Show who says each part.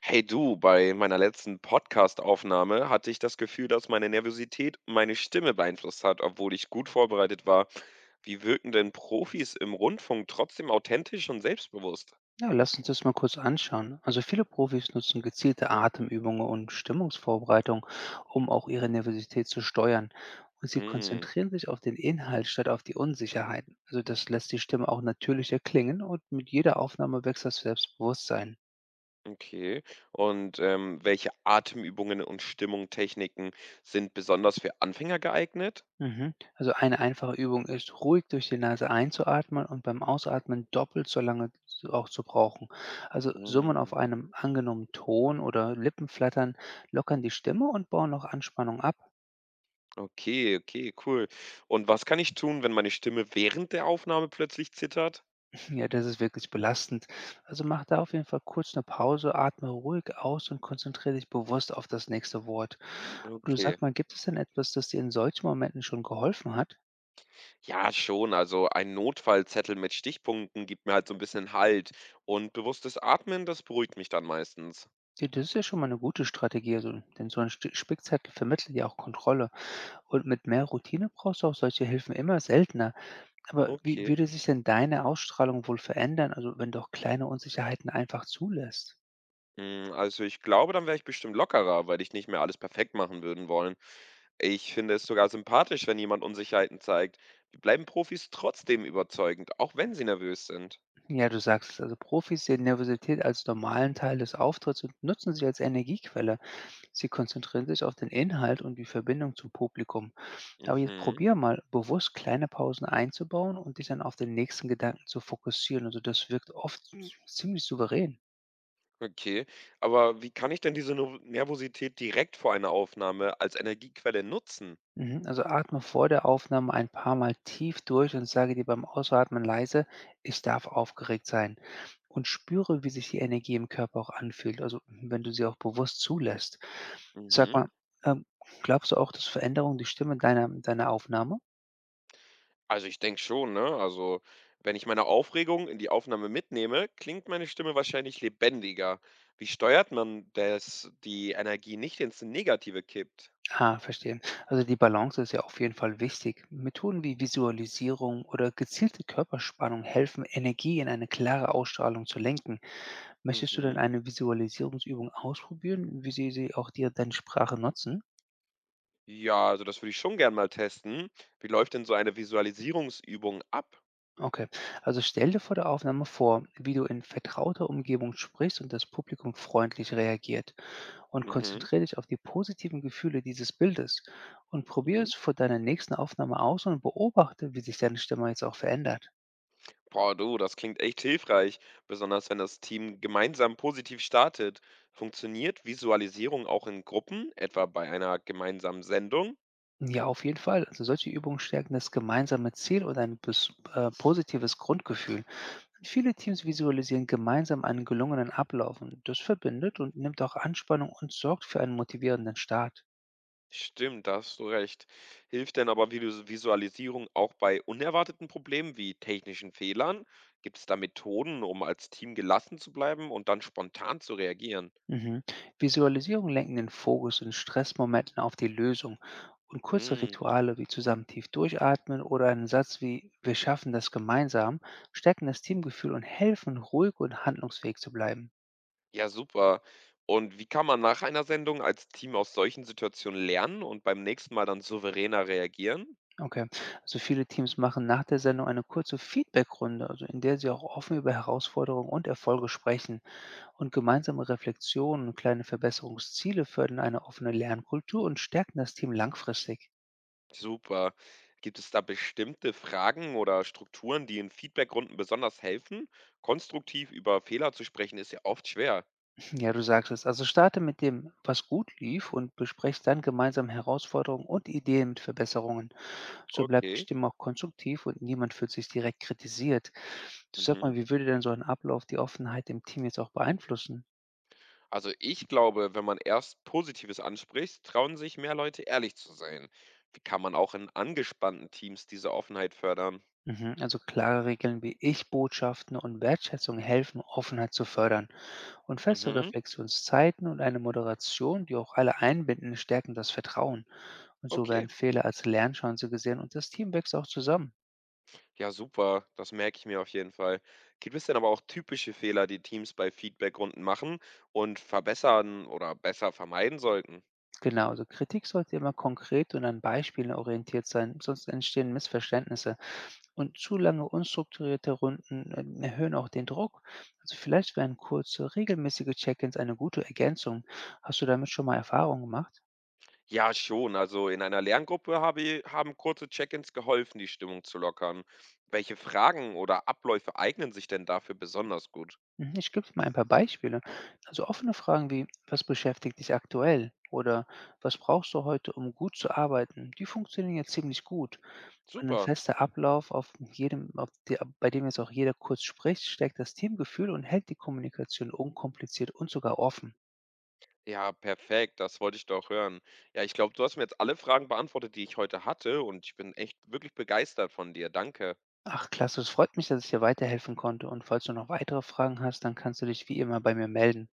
Speaker 1: Hey du, bei meiner letzten Podcast-Aufnahme hatte ich das Gefühl, dass meine Nervosität meine Stimme beeinflusst hat, obwohl ich gut vorbereitet war. Wie wirken denn Profis im Rundfunk trotzdem authentisch und selbstbewusst?
Speaker 2: Ja, lass uns das mal kurz anschauen. Also viele Profis nutzen gezielte Atemübungen und Stimmungsvorbereitung, um auch ihre Nervosität zu steuern. Und sie
Speaker 1: Hm,
Speaker 2: konzentrieren sich auf den Inhalt statt auf die Unsicherheiten. Also das lässt die Stimme auch natürlicher klingen und mit jeder Aufnahme wächst das Selbstbewusstsein.
Speaker 1: okay. Und welche Atemübungen und Stimmungtechniken sind besonders für Anfänger geeignet?
Speaker 2: Mhm. Also eine einfache Übung ist, ruhig durch die Nase einzuatmen und beim Ausatmen doppelt so lange auch zu brauchen. Also Summen
Speaker 1: Hm,
Speaker 2: auf einem angenommenen Ton oder Lippenflattern lockern die Stimme und bauen auch Anspannung ab.
Speaker 1: okay, okay, cool. Und was kann ich tun, wenn meine Stimme während der Aufnahme plötzlich zittert?
Speaker 2: Ja, das ist wirklich belastend. Also mach da auf jeden Fall kurz eine Pause, atme ruhig aus und konzentriere dich bewusst auf das nächste Wort. Aber du,
Speaker 1: Okay.
Speaker 2: sag mal, gibt es denn etwas, das dir in solchen Momenten schon geholfen hat?
Speaker 1: Ja, schon. Also ein Notfallzettel mit Stichpunkten gibt mir halt so ein bisschen Halt und bewusstes Atmen, das beruhigt mich dann meistens.
Speaker 2: Ja, das ist ja schon mal eine gute Strategie, also, denn so 'n Sti Spickzettel vermittelt ja auch Kontrolle. Und mit mehr Routine brauchst du auch solche Hilfen immer seltener. Aber wie
Speaker 1: Okay.
Speaker 2: würde sich denn deine Ausstrahlung wohl verändern, also, wenn du auch kleine Unsicherheiten einfach zulässt?
Speaker 1: Hm, also ich glaube, dann wäre ich bestimmt lockerer, weil ich nicht mehr alles perfekt machen würden wollen. Ich finde es sogar sympathisch, wenn jemand Unsicherheiten zeigt. Wir bleiben Profis trotzdem überzeugend, auch wenn sie nervös sind.
Speaker 2: Ja, du sagst es, also, Profis sehen Nervosität als normalen Teil des Auftritts und nutzen sie als Energiequelle. Sie konzentrieren sich auf den Inhalt und die Verbindung zum Publikum. Aber jetzt
Speaker 1: Mhm,
Speaker 2: probier mal bewusst kleine Pausen einzubauen und dich dann auf den nächsten Gedanken zu fokussieren. Also das wirkt oft ziemlich souverän.
Speaker 1: okay. Aber wie kann ich denn diese Nervosität direkt vor einer Aufnahme als Energiequelle nutzen?
Speaker 2: Mhm. Also atme vor der Aufnahme ein paar Mal tief durch und sage dir beim Ausatmen leise, ich darf aufgeregt sein. Und spüre, wie sich die Energie im Körper auch anfühlt, also wenn du sie auch bewusst zulässt. Sag
Speaker 1: Mhm.
Speaker 2: mal, ähm, glaubst du auch, dass Veränderungen die Stimme deiner Aufnahme?
Speaker 1: Also, ich denke schon, ne? Also, wenn ich meine Aufregung in die Aufnahme mitnehme, klingt meine Stimme wahrscheinlich lebendiger. Wie steuert man, dass die Energie nicht ins Negative kippt?
Speaker 2: Ah, verstehe. Also die Balance ist ja auf jeden Fall wichtig. Methoden wie Visualisierung oder gezielte Körperspannung helfen, Energie in eine klare Ausstrahlung zu lenken. Möchtest du denn
Speaker 1: Mhm.
Speaker 2: eine Visualisierungsübung ausprobieren, wie sie auch dir deine Sprache nutzen?
Speaker 1: Ja, also das würde ich schon gern mal testen. Wie läuft denn so eine Visualisierungsübung ab?
Speaker 2: Okay, also stell dir vor der Aufnahme vor, wie du in vertrauter Umgebung sprichst und das Publikum freundlich reagiert. Und
Speaker 1: Mhm,
Speaker 2: konzentriere dich auf die positiven Gefühle dieses Bildes und probiere
Speaker 1: mhm.
Speaker 2: es vor deiner nächsten Aufnahme aus und beobachte, wie sich deine Stimme jetzt auch verändert.
Speaker 1: Boah, du, das klingt echt hilfreich, besonders wenn das Team gemeinsam positiv startet. Funktioniert Visualisierung auch in Gruppen, etwa bei einer gemeinsamen Sendung?
Speaker 2: Ja, auf jeden Fall. Also solche Übungen stärken das gemeinsame Ziel und ein positives Grundgefühl. Und viele Teams visualisieren gemeinsam einen gelungenen Ablauf und das verbindet und nimmt auch Anspannung und sorgt für einen motivierenden Start.
Speaker 1: Stimmt, da hast du recht. Hilft denn aber Visualisierung auch bei unerwarteten Problemen wie technischen Fehlern? Gibt es da Methoden, um als Team gelassen zu bleiben und dann spontan zu reagieren?
Speaker 2: Mhm. Visualisierungen lenken den Fokus in Stressmomenten auf die Lösung und kurze
Speaker 1: Mm,
Speaker 2: Rituale wie zusammen tief durchatmen oder einen Satz wie wir schaffen das gemeinsam stärken das Teamgefühl und helfen, ruhig und handlungsfähig zu bleiben.
Speaker 1: ja, super. Und wie kann man nach einer Sendung als Team aus solchen Situationen lernen und beim nächsten Mal dann souveräner reagieren?
Speaker 2: Okay. Also viele Teams machen nach der Sendung eine kurze Feedbackrunde, also in der sie auch offen über Herausforderungen und Erfolge sprechen. Und gemeinsame Reflexionen und kleine Verbesserungsziele fördern eine offene Lernkultur und stärken das Team langfristig.
Speaker 1: Super. Gibt es da bestimmte Fragen oder Strukturen, die in Feedbackrunden besonders helfen? Konstruktiv über Fehler zu sprechen ist ja oft schwer.
Speaker 2: Ja, du sagst es. Also starte mit dem, was gut lief und bespreche dann gemeinsam Herausforderungen und Ideen mit Verbesserungen. So bleibt die
Speaker 1: Okay.
Speaker 2: Stimme auch konstruktiv und niemand fühlt sich direkt kritisiert. Du, sag
Speaker 1: Mhm.
Speaker 2: mal, wie würde denn so ein Ablauf die Offenheit im Team jetzt auch beeinflussen?
Speaker 1: Also ich glaube, wenn man erst Positives anspricht, trauen sich mehr Leute ehrlich zu sein. Wie kann man auch in angespannten Teams diese Offenheit fördern?
Speaker 2: Mhm. Also klare Regeln wie Ich-Botschaften und Wertschätzung helfen, Offenheit zu fördern. Und feste
Speaker 1: Mhm,
Speaker 2: Reflexionszeiten und eine Moderation, die auch alle einbinden, stärken das Vertrauen. Und so
Speaker 1: okay.
Speaker 2: werden Fehler als Lernchance gesehen und das Team wächst auch zusammen.
Speaker 1: Ja, super. Das merke ich mir auf jeden Fall. Gibt es denn aber auch typische Fehler, die Teams bei Feedbackrunden machen und verbessern oder besser vermeiden sollten?
Speaker 2: Genau, also Kritik sollte immer konkret und an Beispielen orientiert sein, sonst entstehen Missverständnisse. Und zu lange unstrukturierte Runden erhöhen auch den Druck. Also vielleicht wären kurze, regelmäßige Check-ins eine gute Ergänzung. Hast du damit schon mal Erfahrungen gemacht?
Speaker 1: Ja, schon. Also in einer Lerngruppe haben kurze Check-ins geholfen, die Stimmung zu lockern. Welche Fragen oder Abläufe eignen sich denn dafür besonders gut?
Speaker 2: Mhm, ich gebe mal ein paar Beispiele. Also offene Fragen wie, was beschäftigt dich aktuell? Oder was brauchst du heute, um gut zu arbeiten? Die funktionieren ja ziemlich gut. Und ein
Speaker 1: Super.
Speaker 2: fester Ablauf, auf bei dem jetzt auch jeder kurz spricht, stärkt das Teamgefühl und hält die Kommunikation unkompliziert und sogar offen.
Speaker 1: Ja, perfekt, das wollte ich doch hören. Ja, ich glaube, du hast mir jetzt alle Fragen beantwortet, die ich heute hatte und ich bin echt wirklich begeistert von dir. Danke.
Speaker 2: Ach, klasse, es freut mich, dass ich dir weiterhelfen konnte. Und falls du noch weitere Fragen hast, dann kannst du dich wie immer bei mir melden.